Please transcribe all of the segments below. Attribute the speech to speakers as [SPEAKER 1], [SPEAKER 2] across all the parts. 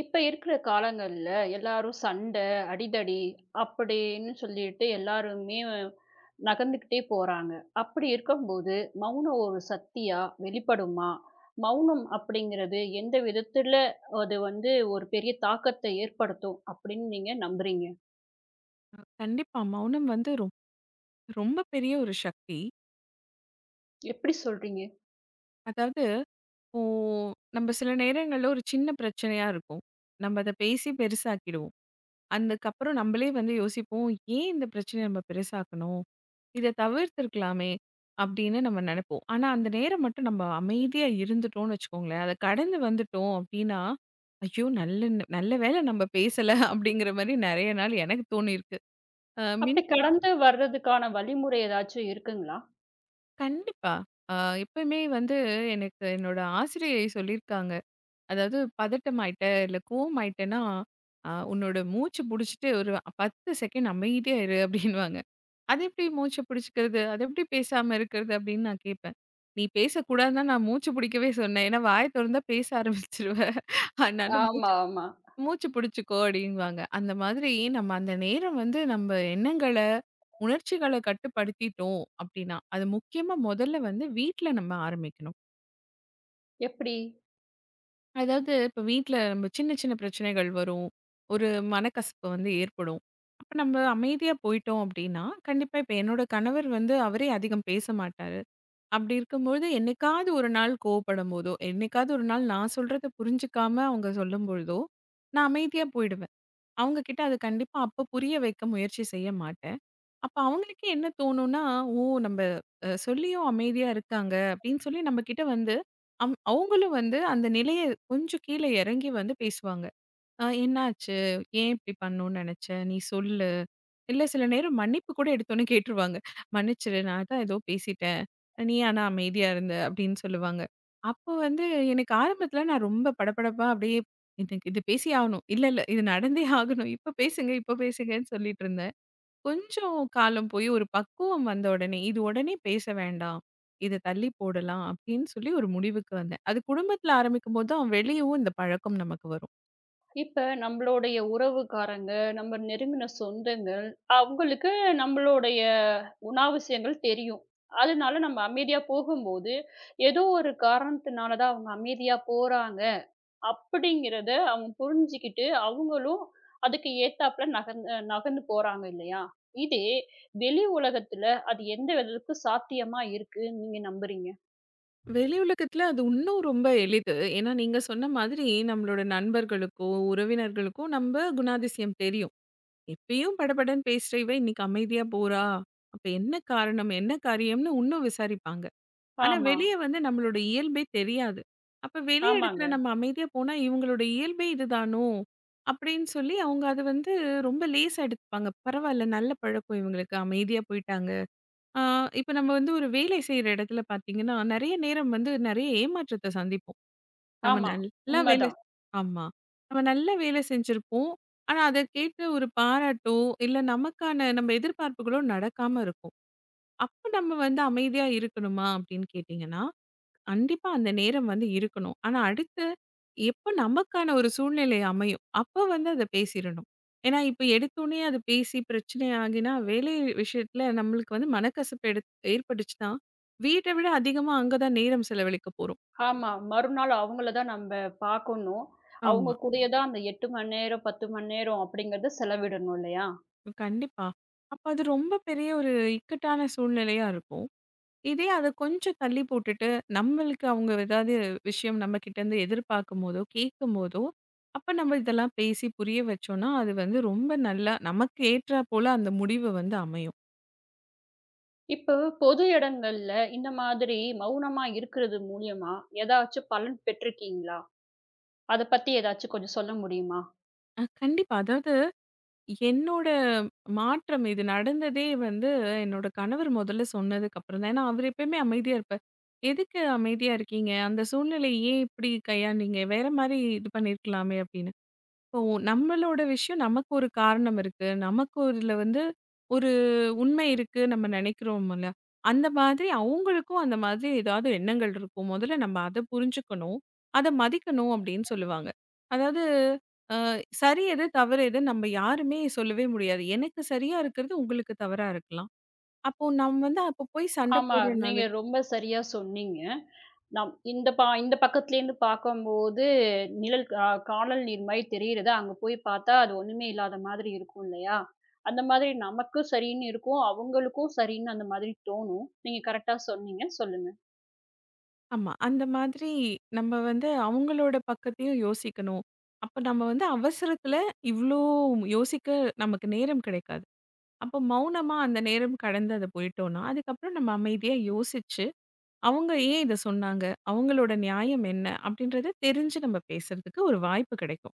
[SPEAKER 1] இப்ப இருக்கிற காலங்கள்ல எல்லாரும் சண்டை, அடிதடி அப்படின்னு சொல்லிட்டு எல்லாருமே நகர்ந்துக்கிட்டே போறாங்க. அப்படி இருக்கும்போது மௌனம் ஒரு சக்தியா வெளிப்படுமா? மௌனம் அப்படிங்கிறது எந்த விதத்துல அது வந்து ஒரு பெரிய தாக்கத்தை ஏற்படுத்தும் அப்படின்னு நீங்க நம்புறீங்க?
[SPEAKER 2] கண்டிப்பா. மௌனம் வந்து ரொம்ப பெரிய ஒரு சக்தி.
[SPEAKER 1] எப்படி சொல்றீங்க?
[SPEAKER 2] அதாவது இப்போ நம்ம சில நேரங்கள்ல ஒரு சின்ன பிரச்சனையா இருக்கும். நம்ம அத பேசி பெருசாக்கிடுவோம். அதுக்கப்புறம் நம்மளே வந்து யோசிப்போம், "ஏன் இந்த பிரச்சனைய நம்ம பெருசாக்கணும்? இத தவிர்த்திருக்கலாமே!" அப்படின்னு நம்ம நெனைப்போம். ஆனா, அந்த நேரம் மட்டும் நம்ம அமைதியா இருந்துட்டோம்னு வச்சுக்கோங்களேன், அத கடந்து வந்துட்டோம் அப்படின்னா, "ஐயோ! நல்ல நல்ல வேளை நம்ம பேசல" அப்படிங்கிற மாரி நெறைய நாள் எனக்கு தோணியிருக்கு. அ
[SPEAKER 1] அப்படி
[SPEAKER 2] மின்
[SPEAKER 1] கடந்து வர்றதுக்கான வழிமுறை ஏதாச்சும் இருக்குங்களா?
[SPEAKER 2] கண்டிப்பா. அ எப்பயுமே வந்து எனக்கு என்னோட ஆசிரியை சொல்லியிருக்காங்க. அதாவது பதட்டமாயிட்ட, இல்ல கோவமாயிட்டன்னா, உன்னோட மூச்சு புடிச்சுட்டு ஒரு 10 செகண்ட் அமைதியா இரு அப்டின்னுவாங்க. அது எப்டி மூச்சு புடிச்சுக்கிறது? அது எப்டி பேசாம இருக்கறது? அப்டின்னு நான் கேட்பேன். நீ பேசக்கூடாதுன்னு தான் நான் மூச்சு புடிக்கவே சொன்னேன். ஏன்னா வாய தொறந்தா பேச ஆரம்பிச்சுருவ. அதனால
[SPEAKER 1] ஆமா, ஆமா.
[SPEAKER 2] மூச்சு பிடிச்சுக்கோ அப்படிங்குவாங்க. அந்த மாதிரி நம்ம அந்த நேரம் வந்து நம்ம எண்ணங்கள, உணர்ச்சிகள கட்டுப்படுத்திட்டோம் அப்படின்னா, அது முக்கியமா முதல்ல வந்து வீட்ல நம்ம ஆரம்பிக்கணும்.
[SPEAKER 1] எப்படி?
[SPEAKER 2] அதாவது இப்ப வீட்ல நம்ம சின்ன சின்ன பிரச்சனைகள் வரும். ஒரு மனக்கசப்பு வந்து ஏற்படும். அப்ப நம்ம அமைதியா போயிட்டோம் அப்படின்னா, கண்டிப்பா இப்ப என்னோட கணவர் வந்து அவரே அதிகம் பேச மாட்டாரு. அப்படி இருக்கும்பொழுது என்னைக்காவது ஒரு நாள் கோவப்படும்போதோ, என்னைக்காவது ஒரு நாள் நான் சொல்றத புரிஞ்சுக்காம அவங்க சொல்லும்பொழுதோ, நான் அமைதியா போயிடுவேன். அவங்க கிட்ட அது கண்டிப்பா அப்ப புரிய வைக்க முயற்சி செய்ய மாட்டேன். அப்ப அவங்களுக்கே என்ன தோணும்னா, ஓ! நம்ம சொல்லியும் அமைதியா இருக்காங்க அப்படின்னு சொல்லி நம்ம கிட்ட வந்து, அவங்களும் வந்து அந்த நிலைய கொஞ்சம் கீழ இறங்கி வந்து பேசுவாங்க. ஆ என்னாச்சு? ஏன் இப்படி பண்ணணும்னு நெனச்ச? நீ சொல்லு. இல்ல சில நேரம் மன்னிப்பு கூட எடுத்தோனே கேட்டுருவாங்க. மன்னிச்சிரு நான் தான் ஏதோ பேசிட்டேன். நீ ஆனா அமைதியா இருந்த அப்படின்னு சொல்லுவாங்க. அப்போ வந்து எனக்கு ஆரம்பத்துல நான் ரொம்ப படபடப்பா அப்படியே எனக்கு இது பேசியே ஆகணும். இல்ல, இல்ல இது நடந்தே ஆகணும். இப்ப பேசுங்க, இப்ப பேசுங்கன்னு சொல்லிட்டு இருந்தேன். கொஞ்சம் காலம் போய் ஒரு பக்குவம் வந்த உடனே, இது உடனே பேச வேண்டாம். இத தள்ளி போடலாம் அப்படின்னு சொல்லி ஒரு முடிவுக்கு வந்தேன். அது குடும்பத்துல ஆரம்பிக்கும்போது தான் வெளியவும் இந்த பழக்கம் நமக்கு வரும்.
[SPEAKER 1] இப்ப நம்மளுடைய உறவுக்காரங்க, நம்ம நெருங்கின சொந்தங்கள், அவங்களுக்கு நம்மளுடைய குணாதிசயங்கள் தெரியும். அதனால நம்ம அமைதியா போகும்போது, ஏதோ ஒரு காரணத்தினால தான் அவங்க அமைதியா போறாங்க, அப்படிங்கிறத அவங்க புரிஞ்சுகிட்டு, அவங்களும் அதுக்கு ஏத்தாப்புல நகர்ந்து நகர்ந்து போறாங்க இல்லையா? இதே வெளி உலகத்துல அது எந்த அளவுக்கு சாத்தியமா இருக்குன்னு நீங்க நம்புறீங்க?
[SPEAKER 2] வெளி உலகத்துல அது இன்னும் ரொம்ப எளிது. ஏன்னா, நீங்க சொன்ன மாதிரி நம்மளோட நண்பர்களுக்கோ, உறவினர்களுக்கோ நம்ப குணாதிசயம் தெரியும். எப்பயும் படபடன்னு பேசுற இவ இன்னைக்கு அமைதியா போறா. அப்ப என்ன காரணம்? என்ன காரியம்னு இன்னும் விசாரிப்பாங்க. ஆனா,
[SPEAKER 1] ஆமா.
[SPEAKER 2] வெளிய வந்து நம்மளோட இயல்பே தெரியாது. அப்ப வெளி இடத்துல
[SPEAKER 1] ஆமாங்க.
[SPEAKER 2] நம்ம அமைதியா போனா, இவங்களோட இயல்பே இதுதானோ! அப்படின்னு சொல்லி அவங்க அத வந்து ரொம்ப லேசா எடுத்துப்பாங்க. பரவால்ல நல்ல பழக்கம் இவங்களுக்கு அமைதியா போயிட்டாங்க. ஆ, இப்ப நம்ம வந்து ஒரு வேலை செய்ற இடத்துல பார்த்தீங்கன்னா, நெறைய நேரம் வந்து நெறைய ஏமாற்றத்த சந்திப்போம். நம்ம
[SPEAKER 1] ஆமா.
[SPEAKER 2] நல்லா வேலை
[SPEAKER 1] உண்மதான்.
[SPEAKER 2] செ- ஆமா. நம்ம நல்ல வேலை செஞ்சிருப்போம். ஆனா, அதற்கேத்த ஒரு பாராட்டோ, இல்ல நமக்கான நம்ம எதிர்பார்ப்புகளோ நடக்காம இருக்கும். அப்ப நம்ம வந்து அமைதியா இருக்கணுமா? அப்படின்னு கேட்டீங்கன்னா, கண்டிப்பா அந்த நேரம் வந்து இருக்கணும். ஆனா, அடுத்த எப்ப நமக்கான ஒரு சூழ்நிலை அமையும், அப்ப வந்து அத பேசிறணும். ஏன்னா, இப்ப எடுத்தோனே அது பேசி பிரச்சனை ஆகினா, வேலை விஷயத்துல நம்மளுக்கு வந்து மனக்கசப்பு ஏற்பட்டுச்சுன்னா, வீட்ட விட அதிகமா அங்க தான் நேரம் செலவழிக்க போறோம்.
[SPEAKER 1] ஆமா. மறுநாள் அவங்கள தான் நம்ப பாக்கணும். அவங்க
[SPEAKER 2] ஆமா.
[SPEAKER 1] கூடயே தான் அந்த 8 மணி நேரம், 10 மணி நேரம் அப்படிங்கிறத செலவிடணும் இல்லையா?
[SPEAKER 2] கண்டிப்பா. அப்ப அது ரொம்ப பெரிய ஒரு இக்கட்டான சூழ்நிலையா இருக்கும். இதே அத கொஞ்சம் தள்ளி போட்டுட்டு, நம்மளுக்கு அவங்க ஏதாவது விஷயம் நம்ம கிட்டேருந்து எதிர்பார்க்கும்போதோ, கேட்கும்போதோ, அப்ப நம்ம இதெல்லாம் பேசி புரிய வச்சோம்னா, அது வந்து ரொம்ப நல்லா நமக்கு ஏற்றாற்போல அந்த முடிவு வந்து அமையும்.
[SPEAKER 1] இப்போ பொது இடங்கள்ல இந்த மாதிரி மௌனமா இருக்கிறது மூலியமா, ஏதாச்சும் பலன் பெற்றிருக்கீங்களா? அத பத்தி ஏதாச்சும் கொஞ்சம் சொல்ல முடியுமா?
[SPEAKER 2] கண்டிப்பா. அதாவது என்னோட மாற்றம் இது நடந்ததே வந்து என்னோட கணவர் முதல்ல சொன்னதுக்கு அப்புறம் தான். ஏன்னா, அவரு எப்பயுமே அமைதியா இருப்பார். "எதுக்கு அமைதியா இருக்கீங்க? அந்த சூழ்நிலைய ஏன் இப்படி கையாண்டீங்க? வேற மாரி இது பண்ணியிருக்கலாமே" அப்படின்னு. இப்போ நம்மளோட விஷயம் நமக்கு ஒரு காரணம் இருக்கு. நமக்கு ஒரு இதுல வந்து ஒரு உண்மை இருக்கு நம்ம நினைக்கிறோம்ல. அந்த மாதிரி அவங்களுக்கும் அந்த மாதிரி ஏதாவது எண்ணங்கள் இருக்கும். முதல்ல நம்ம அத புரிஞ்சுக்கணும். அத மதிக்கணும் அப்படின்னு சொல்லுவாங்க. அதாவது சரி எது, தவறு எது நம்ம யாருமே சொல்லவே முடியாது. எனக்கு சரியா இருக்கிறது, உங்களுக்கு தவறா இருக்கலாம். அப்போ நம்ம வந்து அப்ப போய் சண்டை
[SPEAKER 1] ஆமா. நீங்க
[SPEAKER 2] போடுறனாலே
[SPEAKER 1] ரொம்ப சரியா சொன்னீங்க. நம் இந்த பா இந்த பக்கத்துலேருந்து பார்க்கும்போது, நிழல் கானல் நீர் மாரி தெரியிறது. அங்க போய் பார்த்தா, அது ஒண்ணுமே இல்லாத மாதிரி இருக்கும் இல்லையா? அந்த மாதிரி நமக்கும் சரின்னு இருக்கும். அவங்களுக்கும் சரின்னு அந்த மாதிரி தோணும். நீங்க கரெக்ட்டா சொன்னீங்க. சொல்லுங்க.
[SPEAKER 2] ஆமா. அந்த மாதிரி நம்ம வந்து அவங்களோட பக்கத்தையும் யோசிக்கணும். அப்ப நம்ம வந்து அவசரத்துல இவ்ளோ யோசிக்க நமக்கு நேரம் கிடைக்காது. அப்போ மௌனமா அந்த நேரம் கடந்து அத போயிட்டோம்னா, அதுக்கப்புறம் நம்ம அமைதியா யோசிச்சு, அவங்க ஏன் இத சொன்னாங்க? அவங்களோட நியாயம் என்ன? அப்படின்றத தெரிஞ்சு நம்ம பேசுறதுக்கு ஒரு வாய்ப்பு கிடைக்கும்.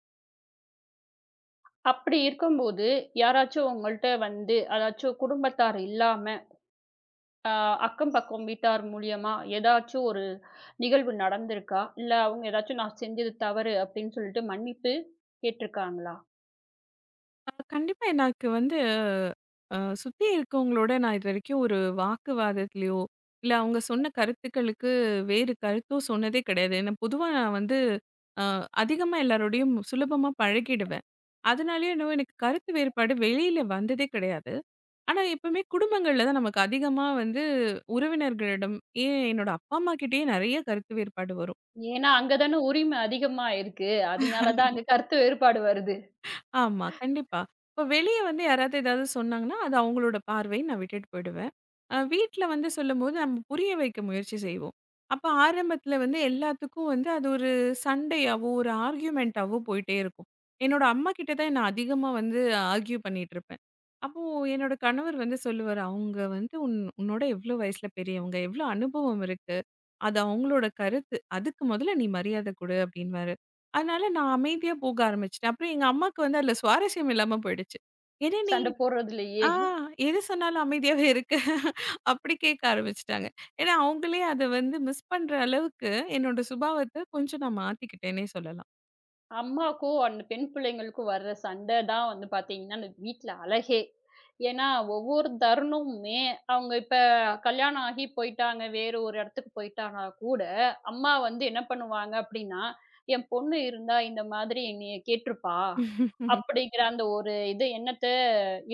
[SPEAKER 1] அப்படி இருக்கும்போது, யாராச்சும் உங்கள்ட்ட வந்து அதாச்சும் குடும்பத்தார் இல்லாம ஆ அக்கம் பக்கம் வீட்டார் மூலியமா ஏதாச்சும் ஒரு நிகழ்வு நடந்திருக்கா? இல்ல அவங்க ஏதாச்சும் நான் செஞ்சது தவறு அப்படின்னு சொல்லிட்டு மன்னிப்பு கேட்டுருக்காங்களா?
[SPEAKER 2] கண்டிப்பா எனக்கு வந்து அ சுத்தி இருக்கவங்களோட நான் இதுவரைக்கும் ஒரு வாக்குவாதத்திலயோ, இல்ல அவங்க சொன்ன கருத்துக்களுக்கு வேறு கருத்தும் சொன்னதே கிடையாது. ஏன்னா பொதுவா நான் வந்து அ அதிகமா எல்லாரோடையும் சுலபமா பழகிடுவேன். அதனாலயே என்னவோ எனக்கு கருத்து வேறுபாடு வெளியில வந்ததே கிடையாது. ஆனா எப்பவுமே குடும்பங்கள்ல தான் நமக்கு அதிகமா வந்து உறவினர்களிடம் ஏன் என்னோட அப்பா அம்மா கிட்டயே நெறைய கருத்து வேறுபாடு வரும்.
[SPEAKER 1] ஏன்னா அங்க தானே உரிமை அதிகமா இருக்கு. அதனால தான் அங்க கருத்து வேறுபாடு வருது.
[SPEAKER 2] ஆமா, கண்டிப்பா. இப்ப வெளிய வந்து யாராவது ஏதாவது சொன்னாங்கன்னா, அது அவங்களோட பார்வை. நான் விட்டுட்டு போயிடுவேன். வீட்ல வந்து சொல்லும்போது நம்ம புரிய வைக்க முயற்சி செய்வோம். அப்ப ஆரம்பத்துல வந்து எல்லாத்துக்கும் வந்து அது ஒரு சண்டையாவோ, ஒரு ஆர்கியுமென்ட்டாவோ போயிட்டே இருக்கும். என்னோட அம்மா கிட்ட தான் நான் அதிகமா வந்து ஆர்கியூ பண்ணிட்டு இருப்பேன். அப்போ என்னோட கணவர் வந்து சொல்லுவாரு, "அவங்க வந்து உன்னோட எவ்ளோ வயசுல பெரியவங்க, எவ்ளோ அனுபவம் இருக்கு. அது அவங்களோட கருத்து. அதுக்கு முதல்ல நீ மரியாதை குடு" அப்படின்னுவாரு. அதனால நான் அமைதியா போக ஆரம்பிச்சுட்டேன். அப்புறம் எங்க அம்மாக்கு வந்து அதுல சுவாரஸ்யம் இல்லாம போயிடுச்சு. என்ன நீ
[SPEAKER 1] சண்டை
[SPEAKER 2] ஆ
[SPEAKER 1] போடுறதுலயே.
[SPEAKER 2] எது சொன்னாலும் அமைதியாவே இருக்க. அப்படி கேட்க ஆரம்பிச்சுட்டாங்க. ஏன்னா அவங்களே அத வந்து மிஸ் பண்ற அளவுக்கு என்னோட சுபாவத்த கொஞ்சம் நான் மாத்திக்கிட்டேன்னே
[SPEAKER 1] அம்மாக்கும், அந்த பெண் பிள்ளைங்களுக்கும் வர்ற சண்ட தான் வந்து பாத்தீங்கன்னா, அந்த வீட்ல அழகே. ஏன்னா, ஒவ்வொரு தருணமுமே அவங்க இப்ப கல்யாணம் ஆகி போயிட்டாங்க, வேற ஒரு இடத்துக்கு போயிட்டாங்கன்னா கூட, அம்மா வந்து என்ன பண்ணுவாங்க அப்படின்னா, "என் பொண்ணு இருந்தா இந்த மாதிரி என்னைய கேட்டுருப்பா"
[SPEAKER 2] சொல்லலாம்.
[SPEAKER 1] அப்படிங்கிற அந்த ஒரு இது எண்ணத்த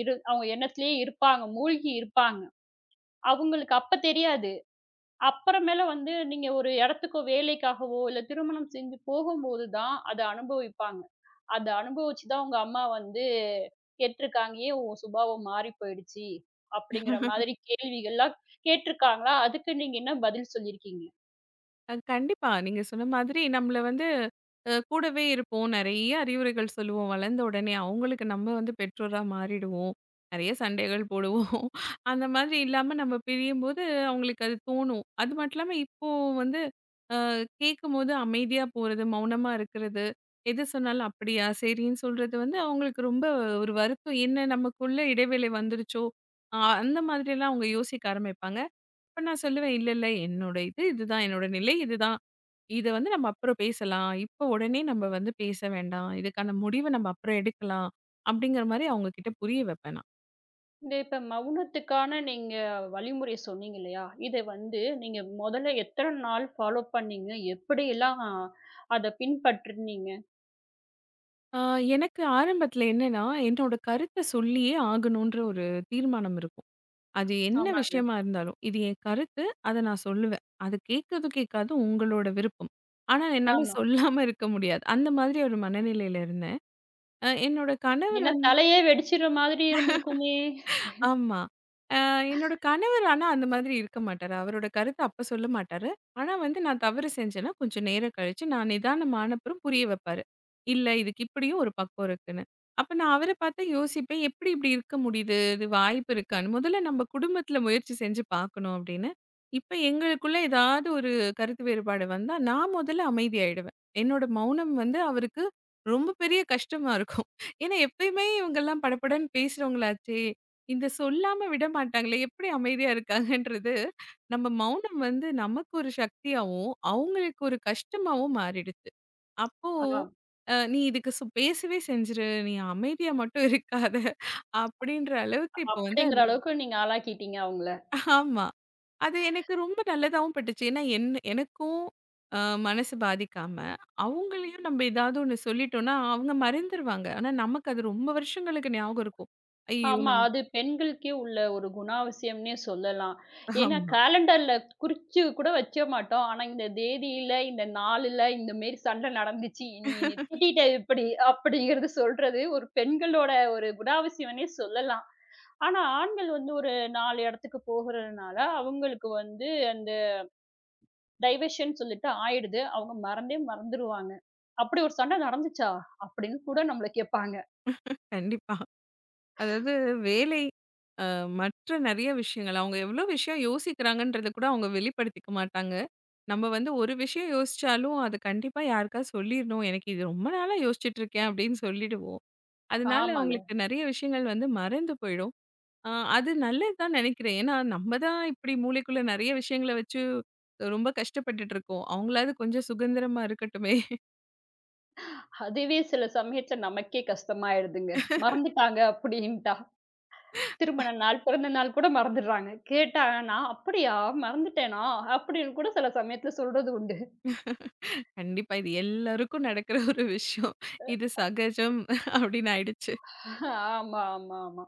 [SPEAKER 1] அவங்க எண்ணத்திலேயே இருப்பாங்க, மூழ்கி இருப்பாங்க. அவங்களுக்கு அப்ப தெரியாது. அப்புறமேல வந்து நீங்க ஒரு இடத்துக்கோ, வேலைக்காகவோ, இல்ல திருமணம் செஞ்சு போகும்போது தான் அத அனுபவிப்பாங்க. அத அனுபவிச்சு தான் உங்க அம்மா வந்து கேட்டுருக்காங்க. "ஏன் உன் சுபாவம் மாறி போயிடுச்சு?" அப்படிங்கிற மாதிரி கேள்விகள்லாம் கேட்டுருக்காங்களா? அதுக்கு நீங்க என்ன பதில் சொல்லியிருக்கீங்க?
[SPEAKER 2] கண்டிப்பா. நீங்க சொன்ன மாதிரி நம்மள வந்து கூடவே இருப்போம். நெறைய அறிவுரைகள் சொல்லுவோம். வளர்ந்த உடனே அவங்களுக்கு நம்ம வந்து பெற்றோரா மாறிடுவோம். நெறைய சண்டைகள் போடுவோம். அந்த மாதிரி இல்லாம நம்ம பிரியும்போது அவங்களுக்கு அது தோணும். அது மட்டும் இல்லாம இப்போ வந்து அ கேட்கும்போது அமைதியா போறது, மௌனமா இருக்கிறது, எது சொன்னாலும் அப்படியா, சரின்னு சொல்றது வந்து அவங்களுக்கு ரொம்ப ஒரு வருத்தம். என்ன நமக்குள்ள இடைவேளை வந்துருச்சோ! அ அந்த மாதிரியெல்லாம் அவங்க யோசிக்க ஆரம்பிப்பாங்க. அப்ப நான் சொல்லுவேன், "இல்ல, இல்ல என்னோட இது இதுதான். என்னோட நிலை இதுதான். இத வந்து நம்ம அப்புறம் பேசலாம். இப்ப உடனே நம்ம வந்து பேச வேண்டாம். இதுக்கான முடிவ நம்ம அப்புறம் எடுக்கலாம்." அப்படிங்கிற மாரி அவங்க கிட்ட புரிய வைப்பேன் நான்.
[SPEAKER 1] இந்த இப்ப மௌனத்துக்கான நீங்க வழிமுறை சொன்னீங்க இல்லையா? இத வந்து நீங்க மொதல்ல எத்தன நாள் ஃபாலோ பண்ணீங்க? எப்படியெல்லாம் அத பின்பற்றுனீங்க?
[SPEAKER 2] ஆ எனக்கு ஆரம்பத்துல என்னன்னா, என்னோட கருத்த சொல்லியே ஆகணுன்ற ஒரு தீர்மானம் இருக்கும். அது என்ன
[SPEAKER 1] ஆமாங்க.
[SPEAKER 2] விஷயமா இருந்தாலும், இது என் கருத்து. அத நான் சொல்லுவேன். அது கேட்குதோ, கேட்காதோ உங்களோட விருப்பம். ஆனா என்னால
[SPEAKER 1] ஆமா.
[SPEAKER 2] சொல்லாம இருக்க முடியாது. அந்த மாதிரி ஒரு மனநிலையில இருந்தேன். என்னோட கணவர்
[SPEAKER 1] ஏன்னா
[SPEAKER 2] வந்து
[SPEAKER 1] தலையே வெடிச்சிடுற மாதிரி இருந்திருக்குமே!
[SPEAKER 2] ஆமா. அ என்னோட கணவர் ஆனா அந்த மாதிரி இருக்க மாட்டாரு. அவரோட கருத்த அப்ப சொல்ல மாட்டாரு. ஆனா வந்து நான் தவறு செஞ்சேன்னா, கொஞ்சம் நேரம் கழிச்சு நான் நிதானமானப்புறம் புரிய வைப்பாரு. இல்ல இதுக்கு இப்படியும் ஒரு பக்கம் இருக்குன்னு. அப்ப நான் அவர பார்த்து யோசிப்பேன். எப்படி இப்படி இருக்க முடியுது? இது வாய்ப்பு இருக்கான்னு. முதல்ல நம்ம குடும்பத்துல முயற்சி செஞ்சு பார்க்கணும் அப்படின்னு. இப்ப எங்களுக்குள்ள ஏதாவது ஒரு கருத்து வேறுபாடு வந்தா, நான் முதல்ல அமைதியாயிடுவேன். என்னோட மௌனம் வந்து அவருக்கு ரொம்ப பெரிய கஷ்டமா இருக்கும். ஏன்னா எப்பயுமே இவங்கலாம் படபடன்னு பேசுறவங்களாச்சே! இந்த சொல்லாம விடமாட்டாங்களே! எப்படி அமைதியா இருக்காங்கன்றது, நம்ம மௌனம் வந்து நமக்கு ஒரு சக்தியாவும், அவங்களுக்கு ஒரு கஷ்டமாவும் மாறிடுச்சு. அப்போ
[SPEAKER 1] ஆ.
[SPEAKER 2] "நீ இதுக்கு பேசவே செஞ்சுரு. நீ அமைதியா மட்டும் இருக்காத" அப்படின்ற அளவுக்கு இப்போ வந்து
[SPEAKER 1] அப்படிங்கிற
[SPEAKER 2] அது
[SPEAKER 1] அளவுக்கு நீங்க ஆளாக்கிட்டீங்க அவங்கள.
[SPEAKER 2] ஆமா. அது எனக்கு ரொம்ப நல்லதாவும் பட்டுச்சு. ஏன்னா எனக்கும் அ மனசு பாதிக்காம, அவங்களையும் நம்ம ஏதாவது ஒண்ணு சொல்லிட்டோம்னா, அவங்க மறந்துருவாங்க. ஆனா நமக்கு அது ரொம்ப வருஷங்களுக்கு ஞாபகம் இருக்கும். ஐயோ!
[SPEAKER 1] ஆமா,
[SPEAKER 2] நம்
[SPEAKER 1] அது பெண்களுக்கே உள்ள ஒரு குணாவசியம்னே சொல்லலாம். ஏன்னா
[SPEAKER 2] ஆமா.
[SPEAKER 1] கேலண்டர்ல குறிச்சு கூட வைக்க மாட்டோம். ஆனா இந்த தேதியில, இந்த நாளுல இந்த மேரி சண்டை நடந்துச்சு. நீ என்னைய திட்டிட்ட இப்படி அப்படிங்கிறது சொல்றது ஒரு பெண்களோட ஒரு குணாவசியம்னே சொல்லலாம். ஆனா ஆண்கள் வந்து ஒரு 4 இடத்துக்கு போகுறதுனால, அவங்களுக்கு வந்து அந்த டைவர்ஷன் சொல்லிட்டு ஆயிடுது. அவங்க மறந்தே மறந்துருவாங்க. "அப்படி ஒரு சண்டை நடந்துச்சா?" அப்படின்னு கூட நம்மள கேட்பாங்க.
[SPEAKER 2] கண்டிப்பா. அதாவது வேலை, அ மற்ற நெறைய விஷயங்கள். அவங்க எவ்ளோ விஷயம் யோசிக்கிறாங்கன்றத கூட அவங்க வெளிப்படுத்திக்க மாட்டாங்க. நம்ம வந்து ஒரு விஷயம் யோசிச்சாலும், அது கண்டிப்பா யாருக்காவது சொல்லிரணும். எனக்கு இது ரொம்ப நாளா யோசிச்சுட்டு இருக்கேன் அப்படின்னு சொல்லிடுவோம். அதனால
[SPEAKER 1] ஆமாங்க.
[SPEAKER 2] அவங்களுக்கு நெறைய விஷயங்கள் வந்து மறந்து போயிடும். அ அது நல்லது தான் நெனைக்கிறேன். ஏன்னா நம்ம தான் இப்படி மூளைக்குள்ள நெறைய விஷயங்கள வச்சு ரொம்ப கஷ்டப்பட்டுட்டு இருக்கோம். அவங்களாவது கொஞ்சம் சுதந்திரமா இருக்கட்டுமே.
[SPEAKER 1] அதுவே சில சமயத்துல நமக்கே கஷ்டமாயிடுதுங்க. மறந்துட்டாங்க அப்படின்ட்டா. திருமண நாள், பிறந்த நாள் கூட மறந்துடுறாங்க. கேட்டா, "நான் அப்படியா மறந்துட்டேனா?" அப்படின்னு கூட சில சமயத்துல சொல்றது உண்டு.
[SPEAKER 2] கண்டிப்பா இது எல்லாருக்கும் நடக்கிற ஒரு விஷயம். இது சகஜம் அப்படின்னு ஆயிடுச்சு.
[SPEAKER 1] ஆமா, ஆமா, ஆமா.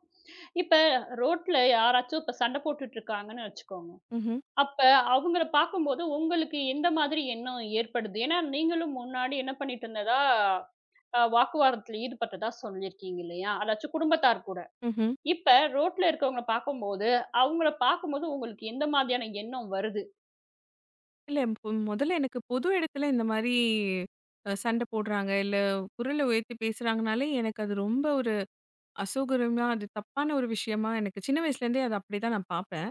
[SPEAKER 1] இப்ப ரோட்ல யாராச்சும் இப்ப சண்டை போட்டுட்டு இருக்காங்கன்னு வச்சுக்கோங்க.
[SPEAKER 2] ம்ஹ்ம்.
[SPEAKER 1] அப்ப அவங்கள பார்க்கும்போது உங்களுக்கு எந்த மாதிரி எண்ணம் ஏற்படுது? ஏன்னா நீங்களும் முன்னாடி என்ன பண்ணிட்டு இருந்ததா, வாக்குவாதத்துல ஈடுபட்டதா சொல்லியிருக்கீங்க இல்லையா? அதாச்சும் குடும்பத்தார் கூட.
[SPEAKER 2] ம்ஹ்ம்.
[SPEAKER 1] இப்ப ரோட்ல இருக்கவங்கள பார்க்கும்போது, அவங்கள பார்க்கும்போது உங்களுக்கு எந்த மாதிரியான எண்ணம் வருது?
[SPEAKER 2] இல்ல முதல்ல எனக்கு பொது இடத்துல இந்த மாரி சண்ட போடுறாங்க, இல்ல குரல உயர்த்தி பேசுறாங்கனாலே, எனக்கு அது ரொம்ப ஒரு அசௌகரியமா, அது தப்பான ஒரு விஷயமா எனக்கு சின்ன வயசுலேருந்தே அது அப்படிதான் நான் பார்ப்பேன்.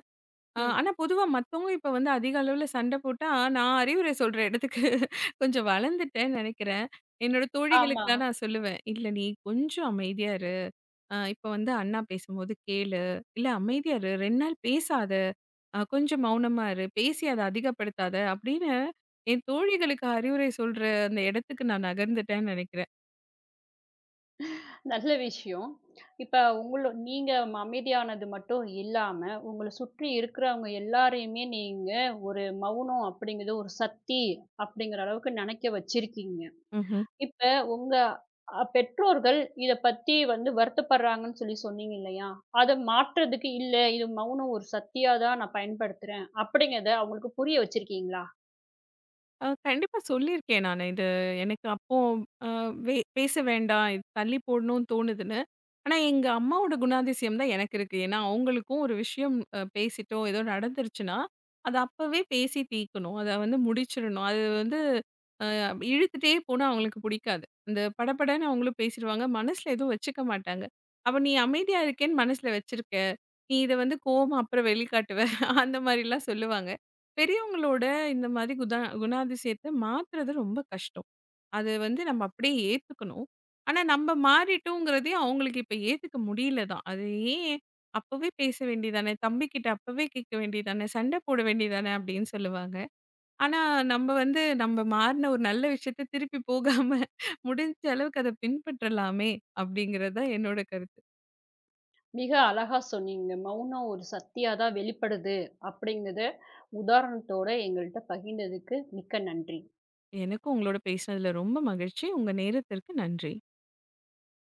[SPEAKER 1] ம்.
[SPEAKER 2] ஆனா பொதுவா மத்தவங்க இப்ப வந்து அதிக அளவுல சண்ட போட்டா, நான் அறிவுரை சொல்ற இடத்துக்கு கொஞ்சம் வளர்ந்துட்டேன்னு நெனைக்கிறேன். என்னோட
[SPEAKER 1] ஆமா.
[SPEAKER 2] தோழிகளுக்குலாம் நான் சொல்லுவேன், "இல்ல நீ கொஞ்சம் அமைதியா இரு. இப்ப வந்து அண்ணா பேசும்போது கேளு. இல்ல அமைதியா இரு, 2 நாள் பேசாத." "கொஞ்சம் மௌனமா இரு. பேசி அத அதிகப்படுத்தாத" அப்படின்னு என் தோழிகளுக்கு அறிவுரை சொல்ற அந்த இடத்துக்கு நான் நகர்ந்துட்டேன்னு நெனைக்கிறேன்.
[SPEAKER 1] நல்ல விஷயம். இப்ப உங்கள நீங்க அமைதியானது மட்டும் இல்லாம, உங்கள சுற்றி இருக்கிறவங்க எல்லாரையுமே நீங்க ஒரு மௌனம் அப்படிங்கிறது ஒரு சக்தி அப்படிங்கிற அளவுக்கு நெனைக்க வச்சிருக்கீங்க.
[SPEAKER 2] ம்ஹ்ம்.
[SPEAKER 1] இப்ப உங்க பெற்றோர்கள் இத பத்தி வந்து வருத்தப்படுறாங்கன்னு சொல்லி சொன்னீங்க இல்லையா? அத மாற்றதுக்கு இல்ல இது மௌனம் ஒரு சக்தியா தான் நான் பயன்படுத்துறேன் அப்படிங்கிறத அவங்களுக்கு புரிய வச்சிருக்கீங்களா?
[SPEAKER 2] கண்டிப்பா சொல்லியிருக்கேன் நானு. இது எனக்கு அப்போ அ பேச வேண்டாம். இது தள்ளி போடணும்னு தோணுதுன்னு. ஆனா எங்க அம்மாவோட குணாதிசயம் தான் எனக்கு இருக்கு. ஏன்னா அவங்களுக்கும் ஒரு விஷயம் பேசிட்டோம், ஏதோ நடந்துருச்சுன்னா, அத அப்பவே பேசி தீர்க்கணும். அத வந்து முடிச்சிரணும். அது வந்து அப்ப இழுத்துட்டே போனா அவங்களுக்கு பிடிக்காது. இந்த படபடன்னு அவங்களும் பேசிருவாங்க. மனசுல எதுவும் வச்சுக்க மாட்டாங்க. அப்ப நீ அமைதியா இருக்கேன்னு மனசுல வச்சிருக்க. நீ இத வந்து கோவமா அப்புறம் வெளிக்காட்டுவ. அந்த மாரிலாம் சொல்லுவாங்க. பெரியவங்களோட இந்த மாதிரி குணாதிசயத்த மாத்துறது ரொம்ப கஷ்டம். அது வந்து நம்ம அப்படியே ஏத்துக்கணும். ஆனா நம்ம மாறிட்டோங்கிறதையும் அவங்களுக்கு இப்ப ஏத்துக்க முடியல தான். அது ஏன் அப்பவே பேச வேண்டியதானே, தம்பிக்கிட்ட அப்பவே கேட்க வேண்டியதானே, சண்டை போட வேண்டியதானே அப்படின்னு சொல்லுவாங்க. ஆனா, நம்ம வந்து நம்ம மாறுன ஒரு நல்ல விஷயத்த திருப்பி போகாம, முடிஞ்ச அளவுக்கு அத பின்பற்றலாமே! அப்படிங்கிறது தான் என்னோட கருத்து.
[SPEAKER 1] மிக அழகா சொன்னீங்க. மௌனம் ஒரு சக்தியா தான் வெளிப்படுது, அப்படிங்கிறத உதாரணத்தோட எங்கள்ட்ட பகிர்ந்ததுக்கு மிக்க நன்றி.
[SPEAKER 2] எனக்கும் உங்களோட பேசினதுல ரொம்ப மகிழ்ச்சி. உங்க நேரத்திற்கு நன்றி.